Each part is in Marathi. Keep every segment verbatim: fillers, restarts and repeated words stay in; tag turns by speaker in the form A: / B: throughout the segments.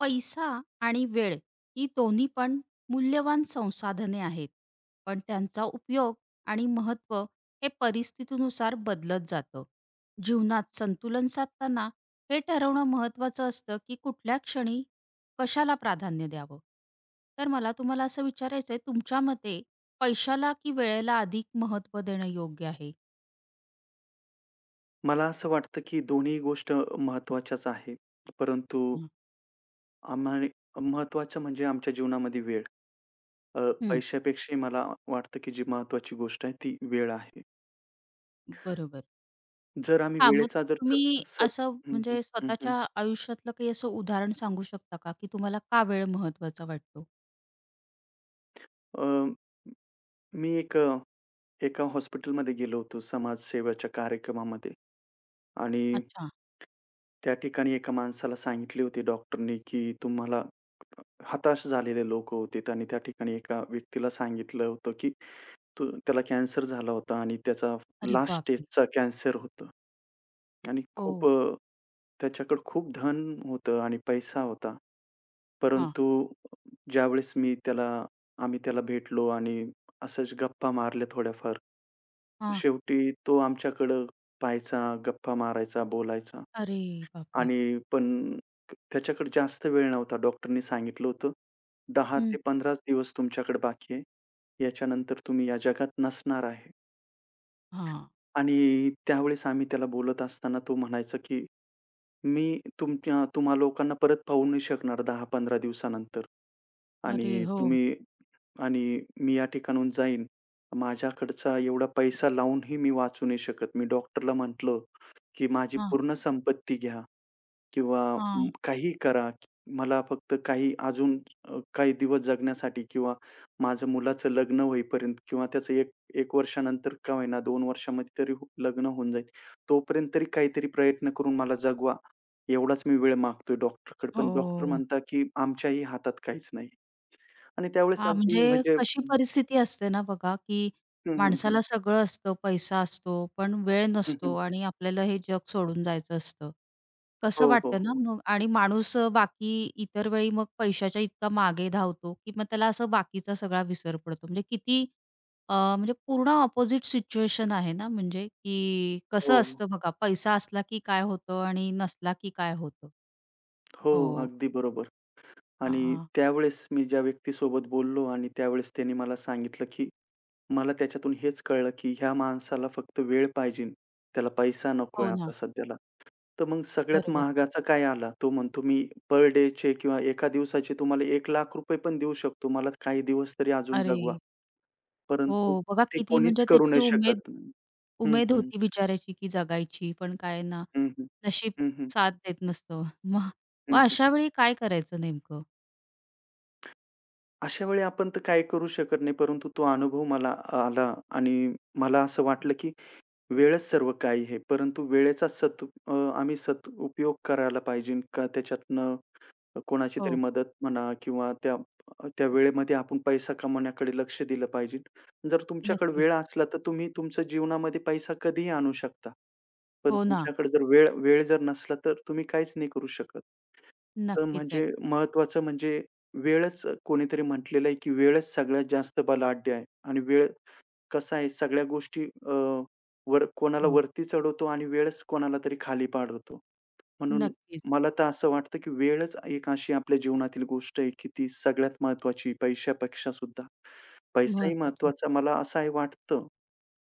A: पैसा आणि वेळ ही दोन्ही पण मूल्यवान संसाधने आहेत. पण त्यांचा उपयोग आणि महत्त्व हे परिस्थितीनुसार बदलत जातं. जीवनात संतुलन साधताना हे ठरवणं महत्त्वाचं असतं की कुठल्या क्षणी कशाला प्राधान्य द्यावं. तर मला तुम्हाला असं विचारायचं आहे, तुमच्या मते पैशाला की वेळेला अधिक महत्त्व देणं योग्य आहे?
B: मला असं वाटतं, की दोन्ही गोष्ट महत्त्वाच्याच आहे. परंतु
A: हा.
B: आम्हाला महत्त्वाचं म्हणजे आमच्या जीवनामध्ये वेळ. अ,
A: हं,
B: पैशापेक्षाही मला वाटतं, की जी महत्त्वाची गोष्ट आहे ती वेळ आहे.
A: बरोबर.
B: जर आम्ही
A: हां, मग
B: वेळेचा जर सत
A: तुम्ही
B: सत
A: असं
B: हं, हं,
A: म्हणजे
B: हं, हं.
A: स्वतःच्या आयुष्यातलं काही असं उदाहरण सांगू शकता का, की तुम्हाला का वेळ महत्त्वाचा वाटतो?
B: अ, मी एक अ, एका हॉस्पिटलमध्ये गेलो होतो समाजसेवेच्या कार्यक्रमामध्ये आणि
A: अच्छा.
B: त्या ठिकाणी एका माणसाला सांगितले होते डॉक्टरनी, की तुम्हाला हताश झालेले लोकं होते आणि त्या ठिकाणी एका व्यक्तीला सांगितलं होतं, की तो त्याला कॅन्सर झाला होता आणि त्याचा
A: अरे
B: लास्ट
A: बापरे!
B: स्टेजचा कॅन्सर होतं आणि खूप
A: हो.
B: अ, त्याच्याकडे खूप धन होतं आणि पैसा होता.
A: हां,
B: परंतु ज्यावेळेस मी त्याला आम्ही त्याला भेटलो आणि असंच गप्पा मारल्या थोड्याफार.
A: हां.
B: शेवटी तो आमच्याकडं पाहायचा, गप्पा मारायचा, बोलायचा.
A: अरे बापरे!
B: आणि पण त्याच्याकडे जास्त वेळ नव्हता. डॉक्टरनी सांगितलं होतं, दहा
A: हं.
B: ते 15च दिवस तुमच्याकडे बाकी आहे. याच्यानंतर तुम्ही या जगात नसणार आहे."
A: हां.
B: आणि त्यावेळेस आम्ही त्याला बोलत असताना तो म्हणायचा, की "मी तुमच्या तुम्हा लोकांना परत पाहू नाही शकणार दहा ते पंधरा दिवसानंतर
A: अरे
B: आणि
A: हो.
B: तुम्ही आणि मी या ठिकाणाहून जाईन. माझ्याकडचा एवढा पैसा लावूनही मी वाचू नाही शकत." मी डॉक्टरला म्हटलं, की "माझी
A: हां,
B: पूर्ण संपत्ती घ्या. किंवा म,
A: हां.
B: काही करा. मला फक्त काही अजून अ, काही दिवस जगण्यासाठी किंवा माझं मुलाचं लग्न होईपर्यंत किंवा त्याचं एक एक वर्षानंतर का होईना दोन वर्षामध्ये तरी हो- लग्न होऊन जाईल. तोपर्यंत तरी काहीतरी प्रयत्न करून मला जगवा. एवढाच मी वेळ मागतोय डॉक्टरकडे. पण डॉक्टर
A: हो.
B: म्हणतात, की आमच्याही हातात काहीच नाही. आणि त्यावेळेस
A: हां,
B: अगदी
A: म्हणजे
B: म्हणजे
A: कशी परिस्थिती असते ना बघा, की
B: हं, हं, हं.
A: माणसाला सगळं असतं, पैसा असतो, पण वेळ
B: हं,
A: नसतो
B: हं.
A: आणि आपल्याला हे जग सोडून जायचं असतं. कसं
B: हो, हो,
A: वाटतं ना
B: हो.
A: मग आणि माणूस अ, बाकी इतर वेळी मग पैशाच्या इतका मागे धावतो, की मग त्याला असं बाकीचा सगळा विसर पडतो. म्हणजे किती अ, म्हणजे पूर्ण अपोझिट सिच्युएशन आहे ना म्हणजे, की
B: हो,
A: कसं
B: हो.
A: असतं बघा, पैसा असला की काय होतं आणि नसला की काय होतं?
B: हो,
A: हो.
B: अगदी बरोबर. आणि
A: हां,
B: त्यावेळेस मी ज्या व्यक्तीसोबत बोललो आणि त्यावेळेस त्याने मला सांगितलं, की मला त्याच्यातून हेच कळलं, की ह्या माणसाला फक्त वेळ पाहिजे. त्याला पैसा नकोय
A: हो ना.
B: आता सध्याला. तर मग सगळ्यात
A: बरोबर.
B: महागाचा काय आला? तो म्हणतो, "मी पर डेचे किंवा एका दिवसाचे तुम्हाला एक लाख रुपये पण देऊ शकतो. मला काही दिवस तरी अजून जगवा."
A: अरे!
B: परंतु
A: हो, बघा
B: ते
A: किती
B: कोणीच
A: म्हणजे
B: करू
A: त्याची
B: नाही
A: उमेद
B: शकत. हं,
A: उमेद
B: हं.
A: होती बिचाऱ्याची की जगायची, पण काय ना,
B: हं, हं.
A: नशीब
B: हं, हं.
A: साथ देत नसतं. मग
B: हं,
A: मग अशा
B: हं.
A: वेळी काय करायचं नेमकं?
B: अशा वेळी आपण तर काही करू शकत नाही. परंतु तो अनुभव मला आला आणि मला असं वाटलं, की वेळच सर्व काही आहे. परंतु वेळेचा सत अ, आम्ही सदुपयोग करायला पाहिजे का त्याच्यातनं कोणाची तरी
A: हो,
B: मदत म्हणा किंवा त्या त्या वेळेमध्ये आपण पैसा कमवण्याकडे लक्ष दिलं पाहिजे. जर तुमच्याकडे
A: नक्कीच.
B: वेळ असला, तर तुम्ही तुमच्या जीवनामध्ये पैसा कधीही आणू शकता. पण
A: हो ना,
B: तुमच्याकडे जर वेळ वेळ जर नसला, तर तुम्ही काहीच नाही करू शकत. तर
A: नक्कीच आहे.
B: म्हणजे महत्त्वाचं म्हणजे वेळच कोणीतरी म्हटलेलं आहे, की वेळच सगळ्यात जास्त बलाढ्य आहे आणि वेळ कसं आहे सगळ्या गोष्टी अ, वर कोणाला
A: हो,
B: वरती चढवतो आणि वेळच कोणाला तरी खाली पाडवतो. म्हणून
A: नक्कीच.
B: मला तर असं वाटतं, की वेळच एक अशी आपल्या जीवनातील गोष्ट आहे, की ती सगळ्यात महत्त्वाची पैशापेक्षा सुद्धा. पैसाही
A: महत्वाची.
B: महत्त्वाचा मला असं आहे वाटतं,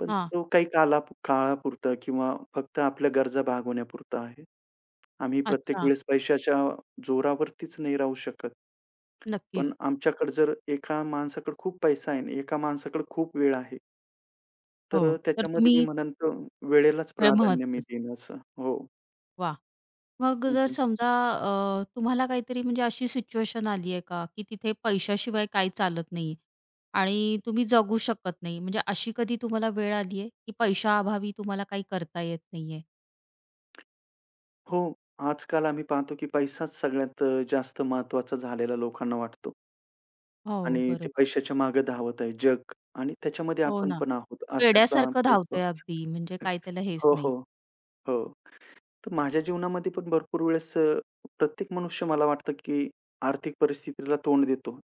B: पण
A: हां,
B: तो काही काला काळापुरता किंवा फक्त आपल्या गरजा भागवण्यापुरता आहे. आम्ही प्रत्येक
A: अच्छा,
B: वेळेस पैशाच्या जोरावरतीच नाही राहू शकत. पण
A: नक्कीच.
B: आमच्याकडे जर एका माणसाकडे खूप पैसा आहे आणि एका माणसाकडे खूप वेळ आहे. तर
A: हो,
B: अ,
A: तर
B: त्याच्यामध्ये मी
A: तुम्ही
B: म्हणेन तर वेळेलाच
A: वेळ
B: प्राधान्य मी
A: महत्वाचं.
B: देईन असं. हो.
A: वा मग
B: हं,
A: जर
B: हं.
A: समजा अ, तुम्हाला काहीतरी म्हणजे अशी सिच्युएशन आली आहे का, की तिथे पैशाशिवाय काही चालत नाही आणि तुम्ही जगू शकत नाही. म्हणजे अशी कधी तुम्हाला वेळ आली आहे, की पैशाअभावी तुम्हाला काही करता येत नाहीये?
B: हो. आजकाल आम्ही पाहतो की पैसाच सगळ्यात अ, जास्त महत्त्वाचा झालेला लोकांना वाटतो
A: हो,
B: आणि ते
A: बरोबर.
B: पैशाच्या मागे धावत आहे जग आणि त्याच्यामध्ये
A: हो
B: आपण
A: ना.
B: पण आहोत अशातला
A: वेड्यासारखं
B: प्रयत्न
A: धावतंय अगदी म्हणजे काय त्याला हेच
B: हो, हो,
A: नाही.
B: हो. तर माझ्या जीवनामध्ये पण भरपूर वेळेस अ, प्रत्येक मनुष्य मला वाटतं की आर्थिक परिस्थितीला तोंड देतो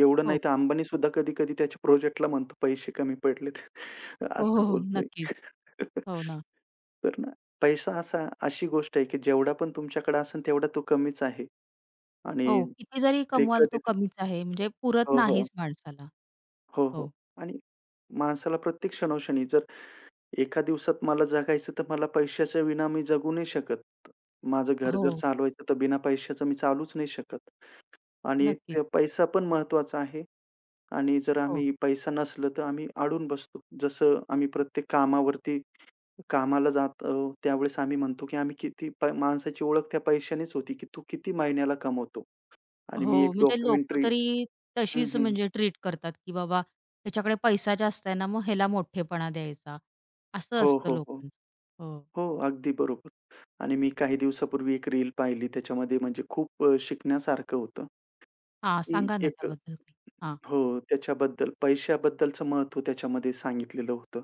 B: एवढं नाही
A: हो.
B: तर अंबानी सुद्धा कधी-कधी त्याच्या प्रोजेक्टला म्हणतो, "पैसे कमी पडलेत."
A: हो, हो,
B: असं
A: हो.
B: बोलतोय.
A: नक्कीच. हो ना.
B: तर ना, पैसा असा अशी गोष्ट आहे, की जेवढा पण तुमच्याकडे असेल तेवढा तो कमीच आहे आणि
A: हो. किती जरी
B: ते
A: कमवाल तो
B: कधीच
A: कमीच आहे. म्हणजे पुरत
B: हो, हो.
A: नाहीच माणसाला.
B: हो, हो.
A: हो.
B: आणि माणसाला प्रत्येक क्षणोक्षणी जर एका दिवसात मला जगायचं तर मला पैशाच्या विना मी जगू नाही शकत. माझं घर
A: हो.
B: जर चालवायचं तर बिना पैशाचं मी चालूच नाही शकत आणि
A: नक्कीच.
B: ते पैसा पण महत्त्वाचा आहे आणि जर
A: हो.
B: आम्ही पैसा नसला तर आम्ही अडून बसतो. जसं आम्ही प्रत्येक कामावरती कामाला जात आहोत, त्यावेळेस आम्ही म्हणतो, की आम्ही किती प माणसाची ओळख त्या पैशानेच होती, की तू किती महिन्याला कमवतो. आणि मी
A: हो,
B: एक
A: म्हणजे लोकं
B: डॉक्युमेंटरी
A: तरी
B: हं,
A: तशीच
B: हं.
A: म्हणजे ट्रीट करतात, की बाबा ह्याच्याकडे पैसा जास्त आहे ना, मग ह्याला मोठेपणा द्यायचा. असं
B: हो,
A: असतं
B: हो, हो.
A: लोकांचं. हो.
B: हो, अगदी बरोबर. आणि मी काही दिवसापूर्वी एक रील पाहिली त्याच्यामध्ये म्हणजे खूप अ, शिकण्यासारखं होतं,
A: हां,
B: की
A: सांगा ना
B: एक
A: त्याबद्दल काही? हां.
B: हो, त्याच्याबद्दल पैशाबद्दलचं महत्त्व त्याच्यामध्ये सांगितलेलं होतं.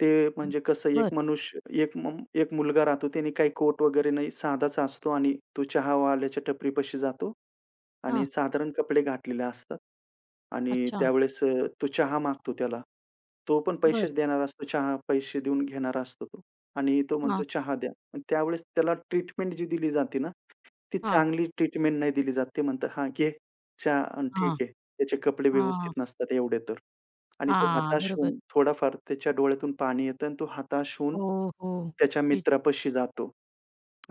B: ते म्हणजे कसं एक
A: बरं.
B: मनुष्य एक म एक मुलगा राहतो त्याने काही कोट वगैरे नाही, साधाच असतो आणि तो चहावाल्याच्या टपरीपाशी जातो आणि
A: हां.
B: साधारण कपडे घातलेले असतात आणि
A: अच्छा.
B: त्यावेळेस अ, तो चहा मागतो त्याला. तो पण
A: बरं.
B: पैसेच देणारा असतो, चहा पैसे देऊन घेणारा असतो तो आणि तो
A: हां,
B: म्हणतो, "चहा द्या." पण त्यावेळेस त्याला ट्रीटमेंट जी दिली जाते ना, ती
A: हां,
B: चांगली ट्रीटमेंट नाही दिली जात. ते म्हणतात, "हां, घे चहा आणि ठीक
A: हां,
B: आहे." त्याचे कपडे व्यवस्थित
A: हां,
B: नसतात एवढे तर. आणि तो
A: हां.
B: हताश
A: बरोबर.
B: होऊन थोडाफार त्याच्या डोळ्यातून पाणी येतं आणि तो हताश होऊन
A: हो, हो.
B: त्याच्या
A: तेच.
B: मित्रापाशी जातो.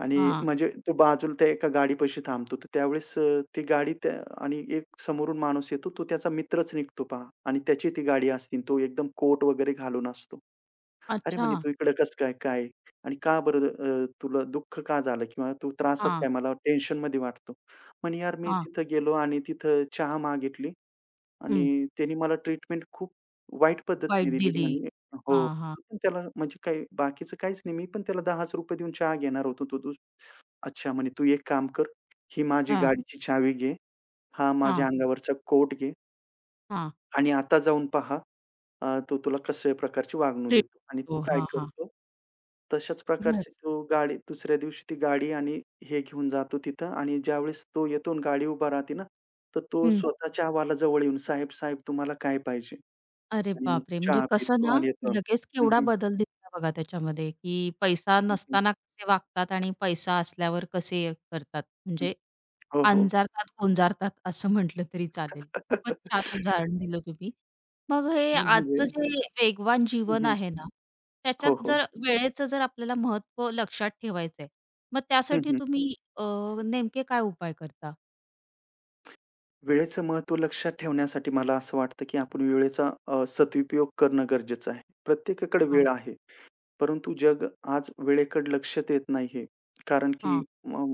B: आणि
A: हां.
B: म्हणजे तो बाजूला त्या एका गाडीपाशी थांबतो. तर त्यावेळेस अ, ती गाडी त्या आणि एक समोरून माणूस येतो. तो त्याचा मित्रच निघतो पहा आणि त्याची ती गाडी असते. तो एकदम कोट वगैरे घालून असतो. अरे,
A: अच्छा.
B: म्हणे तू इकडं कसं काय? काय? आणि का बरं अ, तुला दुःख का झालं किंवा तू त्रासात
A: हां,
B: काय? मला टेन्शनमध्ये वाटतो. म्हणे यार मी
A: हां.
B: तिथं गेलो आणि तिथं चहा मागितली
A: हं.
B: आणि त्यानी मला ट्रीटमेंट खूप वाईट
A: वाईट
B: पद्धतीने दिली
A: दिली.
B: म्हणे. हो.
A: हां, हां.
B: मी पण त्याला म्हणजे काही बाकीचं काहीच नाही. मी पण त्याला दहा रुपयेच देऊन चहा घेणार होतो. तो तू अच्छा म्हणे, "तू एक काम कर, ही माझी
A: हां,
B: गाडीची चावी घे, हा
A: हां,
B: माझ्या अंगावरचा कोट घे
A: हां.
B: आणि आता जाऊन पहा, अ, तो तुला कशा प्रकारची वागणूक
A: ट्रीट.
B: देतो आणि तू
A: हो.
B: काय
A: हां, हां.
B: करतो, तशाच
A: बरं.
B: प्रकारची तो गाडी दुसऱ्या दिवशी ती गाडी आणि हे घेऊन जातो तिथं आणि ज्यावेळेस तो येतो आणि गाडी उभा राहते ना, तर तो स्वतःच्या आवाला जवळ येऊन, "साहेब, साहेब, तुम्हाला काय पाहिजे?"
A: अरे
B: आणि मग तो
A: बापरे! म्हणजे
B: चहा
A: कसं
B: पितो
A: ना,
B: आणि येतो.
A: लगेच
B: हं,
A: केवढा
B: हं,
A: बदल दिसला बघा त्याच्यामध्ये, की पैसा
B: हं, हं,
A: नसताना कसे वागतात आणि पैसा असल्यावर कसे करतात.
B: हं.
A: म्हणजे
B: हो, हो.
A: अंजारतात, गोंजारतात असं म्हटलं तरी चालेल. खूपच छान उदाहरण दिलं तुम्ही. मग हे
B: आणि म्हणजे
A: आजचं जे वेगवान
B: हं,
A: जीवन
B: हं.
A: आहे ना,
B: हो,
A: त्याच्यात
B: हो.
A: जर वेळेचं जर आपल्याला महत्त्व लक्षात ठेवायचं मग
B: हं,
A: त्यासाठी
B: हं.
A: तुम्ही अ, नेमके काय उपाय करता?
B: वेळेचं महत्त्व लक्षात ठेवण्यासाठी मला असं वाटतं, की आपण वेळेचा अ, सदुपयोग करणं गरजेचं आहे. प्रत्येकाकडे
A: हां,
B: वेळ आहे. परंतु जग आज वेळेकडे लक्ष देत नाहीये. कारण की
A: हां.
B: म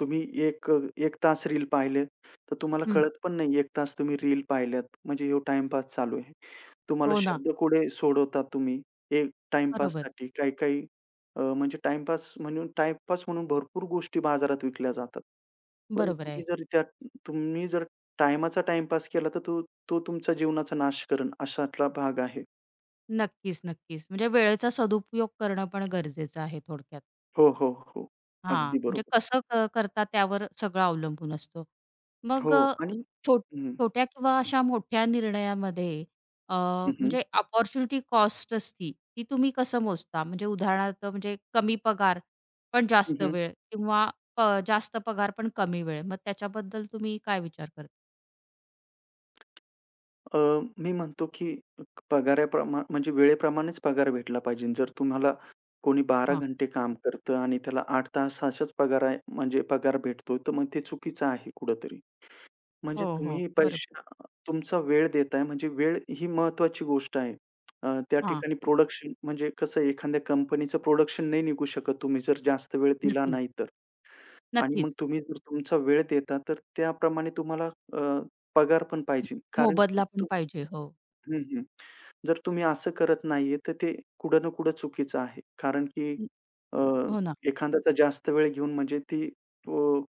B: तुम्ही एक अ, एक तास रील पाहिले, तर तुम्हाला हं.
A: हं.
B: कळत पण नाही एक तास तुम्ही रील पाहिल्यात, म्हणजे ह्यो टाईमपास चालू आहे. तुम्हाला
A: हो ना.
B: शब्दकोडे सोडवता तुम्ही हे
A: बरोबर.
B: टाईमपाससाठी. काही-काही अ, म्हणजे टाईमपास म्हणून टाईमपास म्हणून भरपूर गोष्टी बाजारात विकल्या जातात. पण
A: बरोबर
B: तुम्ही
A: आहे.
B: जर त्या तुम्ही जर टाईमाचा टाईमपास केला, तर तो तो तुमचा जीवनाचा नाश करेल अशातला भाग आहे.
A: नक्कीच, नक्कीच. म्हणजे वेळेचा सदुपयोग करणं पण गरजेचं आहे थोडक्यात.
B: हो, हो, हो.
A: हां,
B: अगदी
A: म्हणजे
B: बरोबर.
A: कसं क करता त्यावर सगळं अवलंबून असतं.
B: हो
A: मग अ,
B: आणि
A: छो
B: हं,
A: छोट्या किंवा अशा मोठ्या निर्णयामध्ये अ,
B: हं, हं,
A: म्हणजे अपॉर्च्युनिटी कॉस्ट असती, ती तुम्ही कसं मोजता? म्हणजे उदाहरणार्थ म्हणजे कमी पगार पण
B: हं,
A: जास्त
B: हं.
A: वेळ किंवा प जास्त पगार पण कमी वेळ. मग त्याच्याबद्दल तुम्ही काय विचार करता?
B: अ, मी म्हणतो की पगाराप्रमा म्हणजे वेळेप्रमाणेच पगार भेटला पाहिजे. जर तुम्हाला कोणी बारा
A: हां.
B: घंटे काम करतं आणि त्याला आठ तासाचाच पगार आहे म्हणजे पगार भेटतो, तर मग ते चुकीचं आहे कुठेतरी. म्हणजे
A: हो, हो.
B: तुम्ही
A: बरोबर.
B: पैसे तुमचा वेळ देताय म्हणजे वेळ ही महत्वाची गोष्ट आहे. अ, त्या
A: हां.
B: ठिकाणी प्रोडक्शन म्हणजे कसं आहे, एखाद्या कंपनीचं प्रोडक्शन नाही निघू शकत तुम्ही जर जास्त वेळ दिला
A: नक्की,
B: नाही तर. आणि मग
A: नक्कीच.
B: तुम्ही जर तुमचा वेळ देता, तर त्याप्रमाणे तुम्हाला अ, पगार पण
A: म
B: पाहिजे. कारण की
A: मोबदला पण
B: तू
A: पाहिजे. हो.
B: हं, हं. जर तुम्ही असं करत नाहीये, तर ते कुठं ना कुठं चुकीचं आहे. कारण की
A: न-
B: अ,
A: हो ना.
B: एखाद्याचा जास्त वेळ घेऊन म्हणजे ती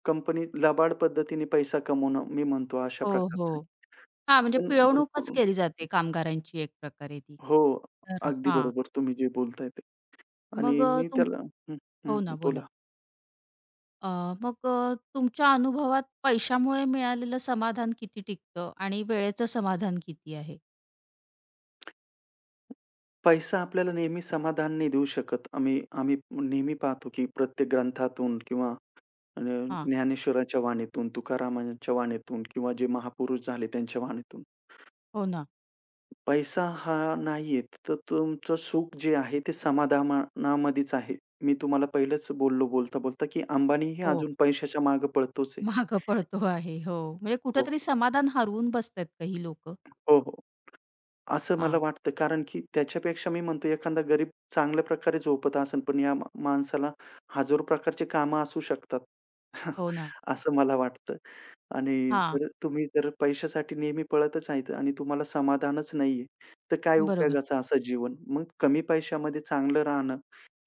B: कंपनी लबाड पद्धतीने पैसा कमवणं, मी म्हणतो अशा
A: हो,
B: प्रकारचं
A: हो.
B: आहे.
A: हां, म्हणजे
B: पण
A: पिळवणूकच
B: भरपूर
A: केली जाते कामगारांची एक प्रकारे ती.
B: हो,
A: तर
B: अगदी
A: हां,
B: बरोबर तुम्ही जे बोलताय ते
A: मग
B: आणि
A: अ,
B: मी
A: तुम
B: त्याला हं, हं,
A: हो ना, बोला.
B: बोला.
A: अ, मग अ, तुमच्या अनुभवात पैशामुळे मिळालेलं समाधान किती टिकतं आणि वेळेचं समाधान किती आहे?
B: पैसा आपल्याला नेहमी समाधान नाही देऊ शकत. आम्ही आम्ही नेहमी पाहतो, की प्रत्येक ग्रंथातून किंवा अ,
A: हां,
B: ज्ञानेश्वराच्या वाणीतून, तुकारामांच्या वाणीतून किंवा जे महापुरुष झाले त्यांच्या वाणीतून.
A: हो ना.
B: पैसा हा नाहीये, तर तुमचं सुख जे आहे ते समाधानामध्येच आहे. मी तुम्हाला पहिलंच बोललो बोलता-बोलता, की अंबानीही
A: हो,
B: अजून पैशाच्या मागे पळतोच आहे.
A: मागं पडतो आहे. हो, म्हणजे
B: हो,
A: कुठेतरी
B: हो.
A: समाधान हरवून बसतायत काही लोकं.
B: हो, हो. असं मला
A: हां,
B: वाटतं, कारण की त्याच्यापेक्षा मी म्हणतो एखादा गरीब चांगल्या प्रकारे झोपत असेल, पण या मा माणसाला हजारो प्रकारची कामं असू शकतात.
A: हो ना.
B: असं मला वाटतं. आणि
A: हां,
B: जर तुम्ही जर पैशासाठी नेहमी पळतच आहेत आणि तुम्हाला समाधानच नाहीये, तर काय
A: बरोबर.
B: उपयोगाचं असं जीवन? मग कमी पैशामध्ये चांगलं राहणं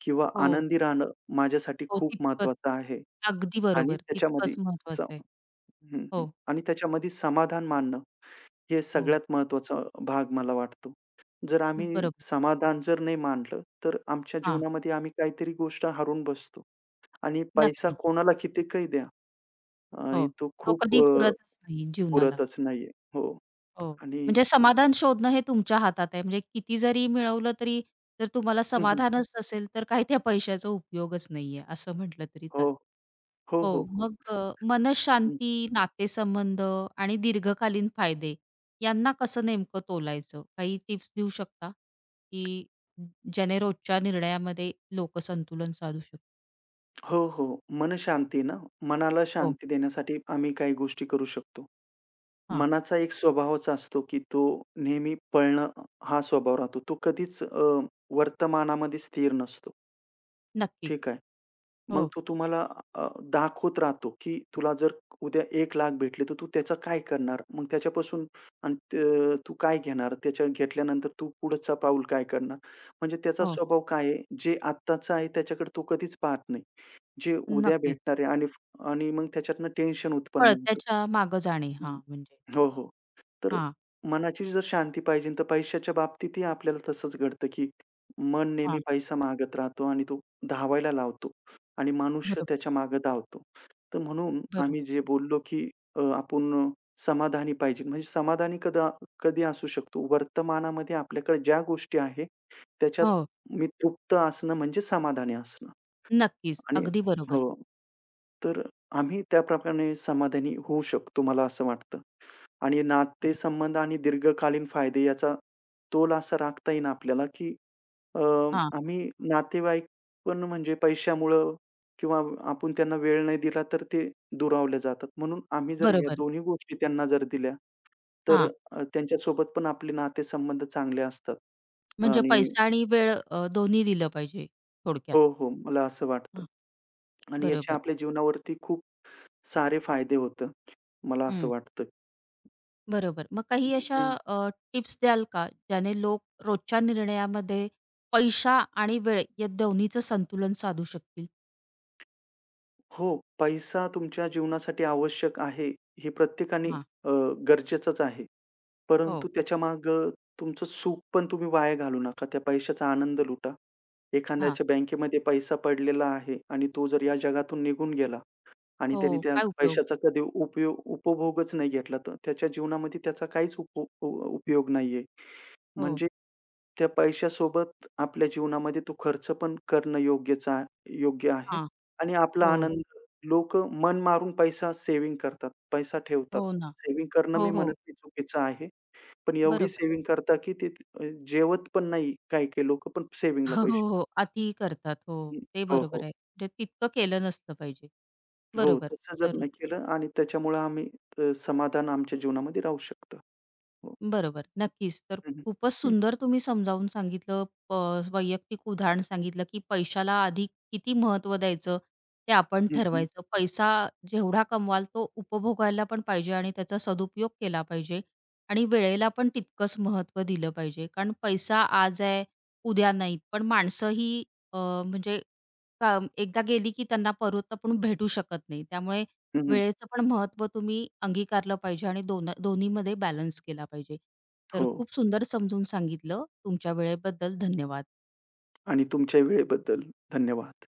B: किंवा
A: हो,
B: आनंदी राहणं माझ्यासाठी
A: हो,
B: खूप
A: तितकंच.
B: महत्वाचं आहे
A: अगदी
B: आणि
A: बरोबर.
B: त्याच्यामध्ये
A: तितकंच
B: स
A: महत्वाचं आहे.
B: हं, हं.
A: हो,
B: आणि त्याच्यामध्ये समाधान मानणं हे
A: हो,
B: सगळ्यात महत्त्वाचा भाग मला वाटतो. जर आम्ही
A: बरोबर.
B: समाधान जर नाही मानलं, तर आमच्या
A: हां,
B: जीवनामध्ये आम्ही काहीतरी गोष्ट हरवून बसतो आणि पैसा
A: नक्कीच.
B: कोणाला कितीकही द्या आणि
A: हो.
B: तो
A: तो
B: खूप
A: कधी
B: अ,
A: पुरतच नाही जीवनाला.
B: पुरतच नाहीये. हो
A: हो.
B: आणि
A: म्हणजे समाधान शोधणं हे तुमच्या हातात आहे. म्हणजे किती जरी मिळवलं तरी जर तुम्हाला
B: हं, हं.
A: समाधानच नसेल, तर काही त्या पैशाचा उपयोगच नाहीये असं म्हटलं तरी
B: हो.
A: चालेल.
B: हो, हो,
A: हो.
B: हो.
A: मग अ,
B: हं.
A: मनःशांती, नातेसंबंध आणि दीर्घकालीन फायदे यांना कसं नेमकं तोलायचं? काही टिप्स देऊ शकता? की ज्याने रोजच्या निर्णयामध्ये लोकं संतुलन साधू शकतो?
B: हो, हो. मनःशांती ना, मनाला
A: हो.
B: शांती देण्यासाठी आम्ही काही गोष्टी करू शकतो.
A: हां.
B: मनाचा एक स्वभावच असतो, की तो नेहमी पळणं हा स्वभाव राहतो. तो कधीच अ, वर्तमानामध्ये स्थिर नसतो.
A: नक्कीच.
B: ठीक आहे. मग
A: हो,
B: तो तुम्हाला अ, दाखवत राहतो, की तुला जर उद्या एक लाख भेटले, तर तू त्याचं काय करणार? मग त्याच्यापासून आणि त तू काय घेणार? त्याच्या घेतल्यानंतर तू पुढचं पाऊल काय करणार? म्हणजे त्याचा
A: हो.
B: स्वभाव काय आहे? जे आत्ताचं आहे त्याच्याकडे तो कधीच पाहत नाही. जे उद्या
A: नक्कीच.
B: भेटणार आहे आणि आणि मग त्याच्यातनं टेन्शन उत्पन्न होतं.
A: पळत्याच्या मागं जाणे. हां, म्हणजे
B: हो, हो. तर
A: हां,
B: मनाची जर शांती पाहिजे तर पैशाच्या बाबतीतही आपल्याला तसंच घडतं, की मन नेहमी
A: हां.
B: पैसा मागत राहतो आणि तो धावायला लावतो आणि मनुष्य
A: बरोबर,
B: त्याच्या मागे धावतो. तर म्हणून आम्ही
A: बरोबर.
B: जे बोललो, की अ, आपण समाधानी पाहिजे. म्हणजे समाधानी कदा कधी असू शकतो? वर्तमानामध्ये आपल्याकडे ज्या गोष्टी आहे त्याच्यात
A: हो,
B: मी तृप्त असणं म्हणजे समाधानी असणं
A: नक्कीच.
B: आणि
A: अगदी
B: हो.
A: बरोबर.
B: तर आम्ही त्या प्रकारे समाधानी होऊ शकतो, मला असं वाटतं. आणि
A: बरोबर.
B: नातेसंबंध आणि दीर्घकालीन फायदे याचा तोल असा राखता येईल आपल्याला, की अ,
A: हां,
B: आम्ही नातेवाईक पण म्हणजे पैशामुळं किंवा आपण त्यांना वेळ नाही दिला, तर ते दुरावले जातात. म्हणून आम्ही जर ह्या
A: बरोबर.
B: दोन्ही गोष्टी त्यांना जर दिल्या, तर
A: हां,
B: अ, त्यांच्यासोबत पण आपले नातेसंबंध चांगले असतात.
A: म्हणजे
B: आणि
A: पैसा आणि वेळ अ, दोन्ही दिलं पाहिजे थोडक्यात.
B: हो, हो. मला असं वाटतं
A: हां,
B: आणि याचे
A: बरोबर.
B: आपल्या जीवनावरती खूप सारे फायदे होतात. मला असं
A: हं,
B: वाटतं.
A: बरोबर. मग काही अशा अ, टिप्स द्याल का ज्याने लोक रोजच्या निर्णयामध्ये पैसा आणि वेळ या दोन्हीचं संतुलन साधू शकतील?
B: हो, पैसा तुमच्या जीवनासाठी आवश्यक आहे, हे प्रत्येकाने
A: हां,
B: अ, गरजेचंच आहे.
A: हो,
B: परंतु त्याच्यामागं तुमचं सुख पण तुम्ही वाया घालू नका. त्या पैशाचा आनंद लुटा.
A: हां,
B: एखाद्याच्या बँकेमध्ये पैसा पडलेला आहे आणि तो जर या जगातून निघून गेला, आणि त्याने
A: हो.
B: त्या
A: काय उपयोग?
B: पैशाचा कधी उपयोग उपभोगच नाही घेतला, तर त्याच्या जीवनामध्ये त्याचा काहीच उप उ उपयोग नाहीये.
A: हो,
B: म्हणजे त्या पैशासोबत आपल्या जीवनामध्ये तो खर्च पण करणं योग्यच आ योग्य आहे
A: हां,
B: आणि आपला
A: हो,
B: आनंद लोक मन मारून पैसा सेव्हिंग करतात, पैसा ठेवतात.
A: हो ना.
B: सेव्हिंग करणं
A: हो,
B: मी म्हणत
A: हो.
B: नाही चुकीचं आहे. पण एवढी
A: बरोबर.
B: सेव्हिंग करतात, की ते अ, जेवत पण नाही काही-काही लोकं, पण सेव्हिंगला
A: हो, हो,
B: पैसे
A: हो.
B: टाकतात.
A: अति करतात. हो, ते
B: हो,
A: बरोबर
B: हो.
A: आहे. म्हणजे तितकं केलं नसलं पाहिजे.
B: हो,
A: बरोबर.
B: तसं जर
A: तर
B: नाही केलं आणि त्याच्यामुळं आम्ही अ, समाधान आमच्या जीवनामध्ये राहू शकतं. हो.
A: बरोबर, नक्कीच. तर
B: हं.
A: खूपच
B: हं,
A: सुंदर तुम्ही समजावून सांगितलं. प वैयक्तिक उदाहरण सांगितलं, की पैशाला आधी किती महत्त्व द्यायचं, ते आपण
B: हं, हं.
A: ठरवायचं. पैसा जेवढा कमवाल तो उपभोगायला पण पाहिजे आणि त्याचा सदुपयोग केला पाहिजे आणि वेळेला पण तितकंच महत्त्व दिलं पाहिजे. कारण पैसा आज आहे, उद्या नाहीत. पण माणसं ही अ, म्हणजे का एकदा गेली की त्यांना परत आपण भेटू शकत नाही. त्यामुळे
B: हं, हं.
A: वेळेचं पण महत्त्व तुम्ही अंगीकारलं पाहिजे आणि दोन दोन्हीमध्ये बॅलन्स केला पाहिजे. तर
B: हो
A: खूप सुंदर समजून सांगितलं. तुमच्या वेळेबद्दल धन्यवाद.
B: आणि तुमच्या वेळेबद्दल धन्यवाद.